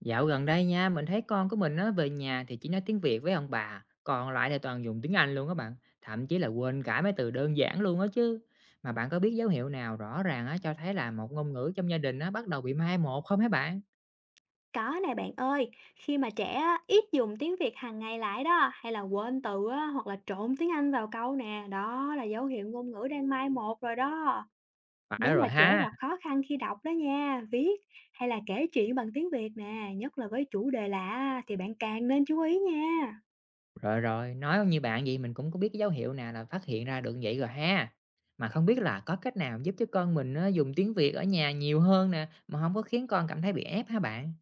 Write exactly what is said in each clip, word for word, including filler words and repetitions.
Dạo gần đây nha, mình thấy con của mình nó về nhà thì chỉ nói tiếng Việt với ông bà, còn lại thì toàn dùng tiếng Anh luôn các bạn, thậm chí là quên cả mấy từ đơn giản luôn đó chứ. Mà bạn có biết dấu hiệu nào rõ ràng á, cho thấy là một ngôn ngữ trong gia đình á, bắt đầu bị mai một không hả bạn? Có nè bạn ơi, khi mà trẻ á, ít dùng tiếng Việt hàng ngày lại đó, hay là quên từ á, hoặc là trộn tiếng Anh vào câu nè, đó là dấu hiệu ngôn ngữ đang mai một rồi đó. Phải Nếu rồi mà trẻ ha, gặp khó khăn khi đọc đó nha, viết hay là kể chuyện bằng tiếng Việt nè, nhất là với chủ đề lạ thì bạn càng nên chú ý nha. rồi rồi, nói như bạn vậy mình cũng có biết cái dấu hiệu nào là phát hiện ra được vậy rồi ha. Mà không biết là có cách nào giúp cho con mình nó dùng tiếng Việt ở nhà nhiều hơn nè, mà không có khiến con cảm thấy bị ép hả bạn?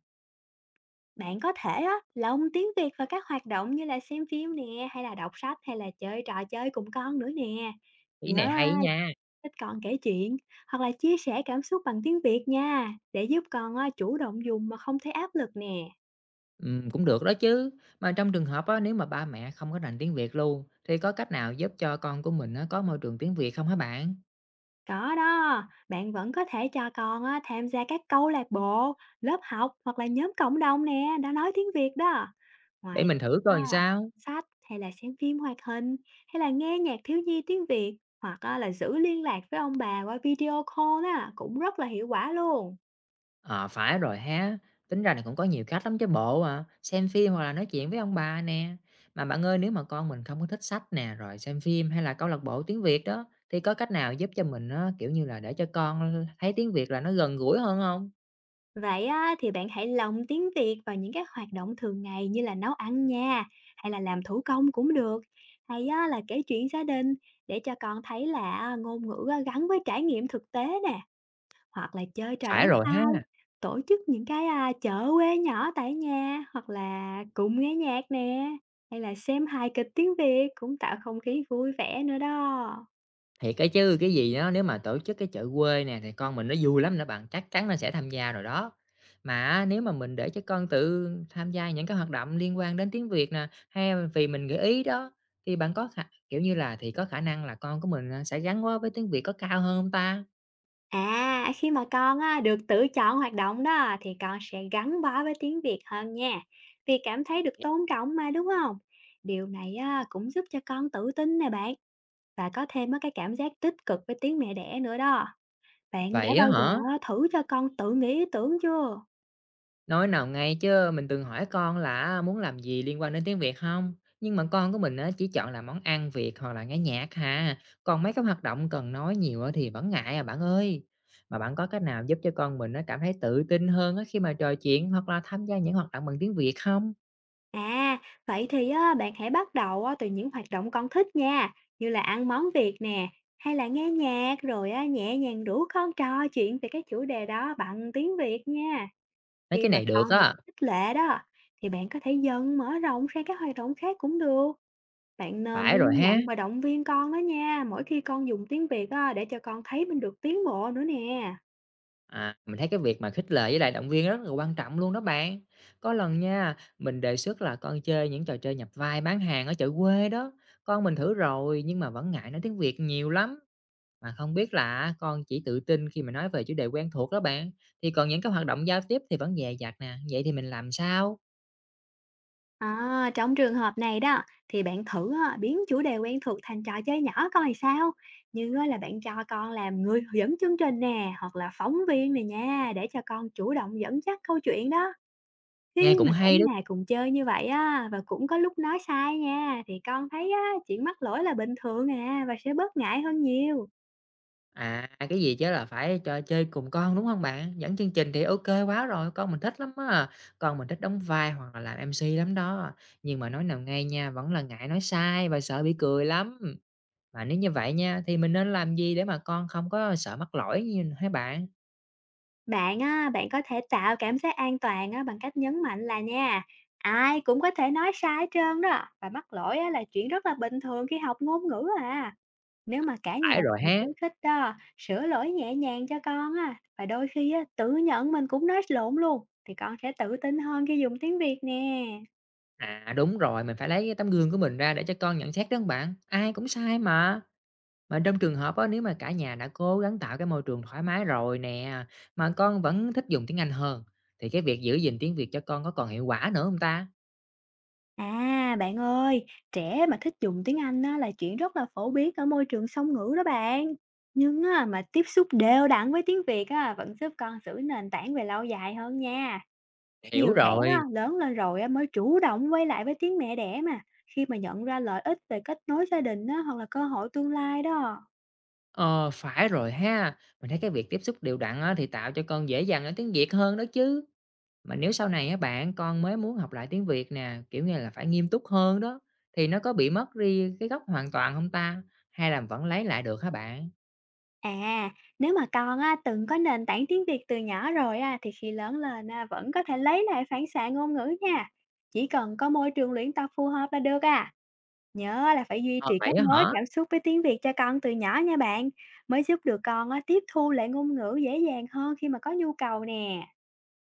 Bạn có thể á, lồng tiếng Việt vào các hoạt động như là xem phim nè, hay là đọc sách hay là chơi trò chơi cùng con nữa nè. Ý Nhớ này hay nha. thích con kể chuyện hoặc là chia sẻ cảm xúc bằng tiếng Việt nha, để giúp con á, chủ động dùng mà không thấy áp lực nè. Ừm, cũng được đó chứ. Mà trong trường hợp á, nếu mà ba mẹ không có rành tiếng Việt luôn, thì có cách nào giúp cho con của mình á, có môi trường tiếng Việt không hả bạn? Có đó, bạn vẫn có thể cho con á, tham gia các câu lạc bộ, lớp học hoặc là nhóm cộng đồng nè, đã nói tiếng Việt đó. Để Ngoài mình thử ra coi làm đó, sao. sách hay là xem phim hoạt hình hay là nghe nhạc thiếu nhi tiếng Việt hoặc á, là giữ liên lạc với ông bà qua video call á, cũng rất là hiệu quả luôn. Ờ, phải rồi ha. Tính ra này cũng có nhiều cách lắm chứ bộ à. Xem phim hoặc là nói chuyện với ông bà nè. Mà bạn ơi, nếu mà con mình không có thích sách nè, rồi xem phim hay là câu lạc bộ tiếng Việt đó, thì có cách nào giúp cho mình á, kiểu như là để cho con thấy tiếng Việt là nó gần gũi hơn không? Vậy á, thì bạn hãy lồng tiếng Việt vào những cái hoạt động thường ngày như là nấu ăn nha, hay là làm thủ công cũng được, hay á, là kể chuyện gia đình để cho con thấy là à, ngôn ngữ à, gắn với trải nghiệm thực tế nè, hoặc là chơi trò Phải đóng rồi ha. vai, tổ chức những cái à, chợ quê nhỏ tại nhà hoặc là cùng nghe nhạc nè, hay là xem hài kịch tiếng Việt cũng tạo không khí vui vẻ nữa đó. Thiệt cái chứ, cái gì đó nếu mà tổ chức cái chợ quê nè thì con mình nó vui lắm nữa bạn, chắc chắn nó sẽ tham gia rồi đó. Mà á, nếu mà mình để cho con tự tham gia những cái hoạt động liên quan đến tiếng Việt nè, hay là vì mình gợi ý đó, thì bạn có khả kiểu như là, thì có khả năng là con của mình, à, sẽ gắn bó với tiếng Việt có cao hơn hông ta? À, khi mà con á, được tự chọn hoạt động đó thì con sẽ gắn bó với tiếng Việt hơn nha. Vì cảm thấy được tôn trọng mà đúng không? Điều này á, cũng giúp cho con tự tin nè bạn và có thêm á, cái cảm giác tích cực với tiếng mẹ đẻ nữa đó. Bạn đã Vậy á bao giờ hả? á, thử cho con tự nghĩ ý tưởng chưa? Nói nào ngay chứ mình từng hỏi con là à, muốn làm gì liên quan đến tiếng Việt không. Nhưng mà con của mình á chỉ chọn là món ăn Việt hoặc là nghe nhạc hà, còn mấy cái hoạt động cần nói nhiều á thì vẫn ngại à bạn ơi. Mà bạn có cách nào giúp cho con mình nó cảm thấy tự tin hơn á khi mà trò chuyện hoặc là tham gia những hoạt động bằng tiếng Việt không? À, vậy thì á, bạn hãy bắt đầu á, từ những hoạt động con thích nha, như là ăn món Việt nè, hay là nghe nhạc rồi á, nhẹ nhàng rủ con trò chuyện về cái chủ đề đó bằng tiếng Việt nha. Mấy Khi cái mà này được con được á, khích lệ đó, thì bạn có thể dần mở rộng sang các hoạt động khác cũng được. Bạn nên phải ghi rồi ha. nhận và động viên con đó nha, mỗi khi con dùng tiếng Việt á, để cho con thấy mình được tiến bộ nữa nè. À, mình thấy cái việc mà khích lệ với lại động viên rất là quan trọng luôn đó bạn. Có lần nha, mình đề xuất là con chơi những trò chơi nhập vai bán hàng ở chợ quê đó. Con mình thử rồi nhưng mà vẫn ngại nói tiếng Việt nhiều lắm. Mà không biết là con chỉ tự tin khi mà nói về chủ đề quen thuộc đó bạn. Thì còn những cái hoạt động giao tiếp thì vẫn dè dặt nè. Vậy thì mình làm sao? À, trong trường hợp này đó, thì bạn thử á, biến chủ đề quen thuộc thành trò chơi nhỏ coi làm sao. Như á, là bạn cho con làm người dẫn chương trình nè, hoặc là phóng viên này nha, để cho con chủ động dẫn dắt câu chuyện đó. Nghe Khi cũng mà cả hay đó. nhà cùng chơi như vậy á, và cũng có lúc nói sai nha, thì con thấy á, chuyện mắc lỗi là bình thường à và sẽ bớt ngại hơn nhiều. À, cái gì chứ là phải cho chơi cùng con, đúng không bạn? Dẫn chương trình thì ok quá rồi, con mình thích lắm á, con mình thích đóng vai hoặc là làm em xê lắm đó, nhưng mà nói nào ngay nha, vẫn là ngại nói sai và sợ bị cười lắm. Mà nếu như vậy nha, thì mình nên làm gì để mà con không có sợ mắc lỗi như hả bạn? Bạn á, bạn có thể tạo cảm giác an toàn á, bằng cách nhấn mạnh là nha, ai cũng có thể nói sai hết trơn đó và mắc lỗi á, là chuyện rất là bình thường khi học ngôn ngữ à. Nếu mà cả nhà Phải rồi cùng ha. khuyến khích đó, sửa lỗi nhẹ nhàng cho con á, và đôi khi á, tự nhận mình cũng nói lộn luôn, thì con sẽ tự tin hơn khi dùng tiếng Việt nè. À, đúng rồi, mình phải lấy cái tấm gương của mình ra để cho con nhận xét đó bạn, ai cũng sai mà. Mà trong trường hợp á, nếu mà cả nhà đã cố gắng tạo cái môi trường thoải mái rồi nè, mà con vẫn thích dùng tiếng Anh hơn, thì cái việc giữ gìn tiếng Việt cho con có còn hiệu quả nữa không ta? À, bạn ơi, trẻ mà thích dùng tiếng Anh á, là chuyện rất là phổ biến ở môi trường song ngữ đó bạn. Nhưng á, mà tiếp xúc đều đặn với tiếng Việt á, vẫn giúp con giữ nền tảng về lâu dài hơn nha. Hiểu Nhiều trẻ rồi. á, lớn lên rồi á, mới chủ động quay lại với tiếng mẹ đẻ mà, khi mà nhận ra lợi ích về kết nối gia đình á, hoặc là cơ hội tương lai đó. Ờ, phải rồi ha. Mình thấy cái việc tiếp xúc đều đặn á, thì tạo cho con dễ dàng nói tiếng Việt hơn đó chứ. Mà nếu sau này á bạn, con mới muốn học lại tiếng Việt nè, kiểu như là, phải nghiêm túc hơn đó, thì nó có bị mất đi cái gốc hoàn toàn không ta? Hay là vẫn lấy lại được hả bạn? À, nếu mà con á, từng có nền tảng tiếng Việt từ nhỏ rồi á, thì khi lớn lên á, vẫn có thể lấy lại phản xạ ngôn ngữ nha. Chỉ cần có môi trường luyện tập phù hợp là được à. Nhớ là phải duy Ờ, trì vậy kết á nối hả? cảm xúc với tiếng Việt cho con từ nhỏ nha bạn, mới giúp được con á, tiếp thu lại ngôn ngữ dễ dàng hơn khi mà có nhu cầu nè.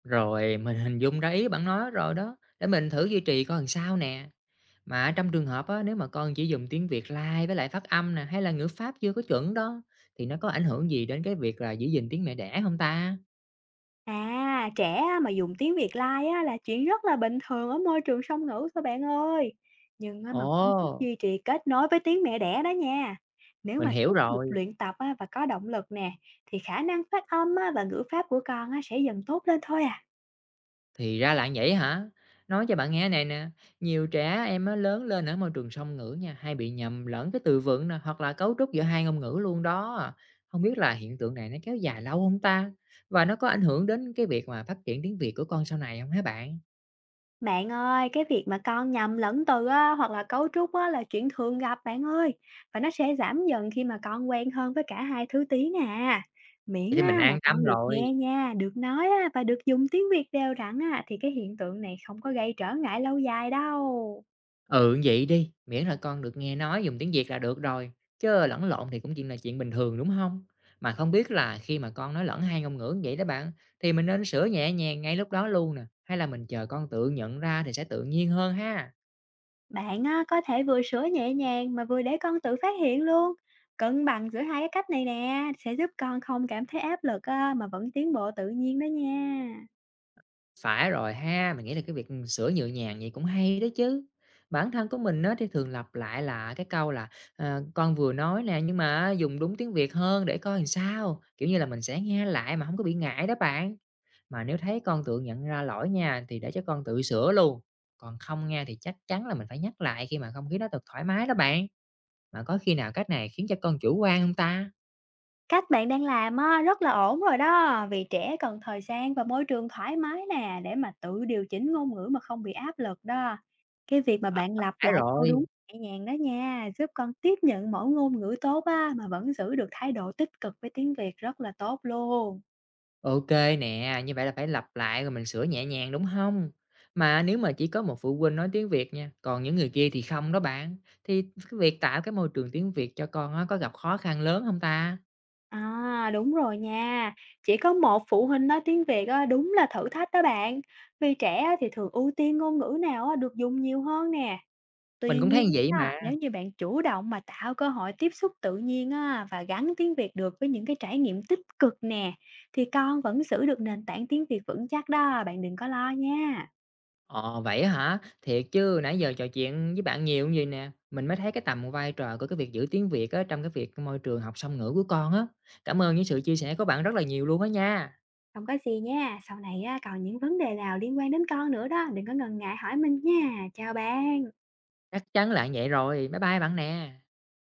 Rồi, mình hình dung ra ý bạn nói rồi đó, để mình thử duy trì coi làm sao nè. Mà trong trường hợp á, nếu mà con chỉ dùng tiếng Việt lai với lại phát âm nè, hay là ngữ pháp chưa có chuẩn đó, thì nó có ảnh hưởng gì đến cái việc là giữ gìn tiếng mẹ đẻ không ta? À, trẻ á mà dùng tiếng Việt lai á là chuyện rất là bình thường ở môi trường song ngữ thôi bạn ơi. Nhưng á mà vẫn giúp Ồ, duy trì kết nối với tiếng mẹ đẻ đó nha. Nếu mình mà hiểu tiếp tục rồi. luyện tập á và có động lực nè, thì khả năng phát âm á và ngữ pháp của con á sẽ dần tốt lên thôi à. Thì ra là vậy hả? Nói cho bạn nghe này nè, nhiều trẻ em á, lớn lên ở môi trường song ngữ nha, hay bị nhầm lẫn cái từ vựng nè, hoặc là cấu trúc giữa hai ngôn ngữ luôn đó. Không biết là hiện tượng này nó kéo dài lâu không ta? Và nó có ảnh hưởng đến cái việc mà phát triển tiếng Việt của con sau này không hả bạn? Bạn ơi, cái việc mà con nhầm lẫn từ á, hoặc là cấu trúc á, là chuyện thường gặp bạn ơi. Và nó sẽ giảm dần khi mà con quen hơn với cả hai thứ tiếng à. Miễn Vậy thì á, mình là an tâm con được rồi. nghe nha, được nói á, và được dùng tiếng Việt đều đặn á, thì cái hiện tượng này không có gây trở ngại lâu dài đâu. Ừ, vậy đi, miễn là con được nghe nói dùng tiếng Việt là được rồi, chứ lẫn lộn thì cũng chỉ là chuyện bình thường, đúng không? Mà không biết là khi mà con nói lẫn hai ngôn ngữ vậy đó bạn, thì mình nên sửa nhẹ nhàng ngay lúc đó luôn nè, hay là mình chờ con tự nhận ra thì sẽ tự nhiên hơn ha? Bạn á, có thể vừa sửa nhẹ nhàng mà vừa để con tự phát hiện luôn. Cân bằng giữa hai cái cách này nè sẽ giúp con không cảm thấy áp lực á, mà vẫn tiến bộ tự nhiên đó nha. Phải rồi ha, mình nghĩ là cái việc, ừ, sửa nhẹ nhàng vậy cũng hay đó chứ. Bản thân của mình á thì thường lặp lại là cái câu là, ờ, con vừa nói nè, nhưng mà dùng đúng tiếng Việt hơn để coi làm sao, kiểu như là, mình sẽ nghe lại mà không có bị ngại đó bạn. Mà nếu thấy con tự nhận ra lỗi nha, thì để cho con tự sửa luôn, còn không nghe thì chắc chắn là mình phải nhắc lại khi mà không khí nó được thoải mái đó bạn. Mà có khi nào cách này khiến cho con chủ quan không ta? Cách bạn đang làm á, rất là ổn rồi đó, vì trẻ cần thời gian và môi trường thoải mái nè, để mà tự điều chỉnh ngôn ngữ mà không bị áp lực đó. Cái việc mà À, bạn lặp phải lại câu rồi, đúng nhẹ nhàng đó nha, giúp con tiếp nhận mỗi ngôn ngữ tốt á, mà vẫn giữ được thái độ tích cực với tiếng Việt rất là tốt luôn. ok nè, như vậy là phải lặp lại rồi mình sửa nhẹ nhàng, đúng không? Mà nếu mà chỉ có một phụ huynh nói tiếng Việt nha, còn những người kia thì không đó bạn, thì cái việc tạo cái môi trường tiếng Việt cho con á có gặp khó khăn lớn không ta? À đúng rồi nha, chỉ có một phụ huynh nói tiếng Việt á, đúng là thử thách đó bạn. Vì trẻ á thì thường ưu tiên ngôn ngữ nào á, được dùng nhiều hơn nè. Mình Tuy cũng thấy như nhiên vậy á, mà. nếu như bạn chủ động mà tạo cơ hội tiếp xúc tự nhiên á, và gắn tiếng Việt được với những cái trải nghiệm tích cực nè, thì con vẫn giữ được nền tảng tiếng Việt vững chắc đó, bạn đừng có lo nha. Ờ, vậy á hả? Thiệt chứ nãy giờ trò chuyện với bạn nhiều như vậy nè, mình mới thấy cái tầm vai trò của cái việc giữ tiếng Việt á, trong cái việc môi trường học song ngữ của con á. Cảm ơn những sự chia sẻ của bạn rất là nhiều luôn á nha. Không có gì nha, sau này á, còn những vấn đề nào liên quan đến con nữa đó, đừng có ngần ngại hỏi mình nha. Chào bạn. Chắc chắn là vậy rồi. Bye bye bạn nè.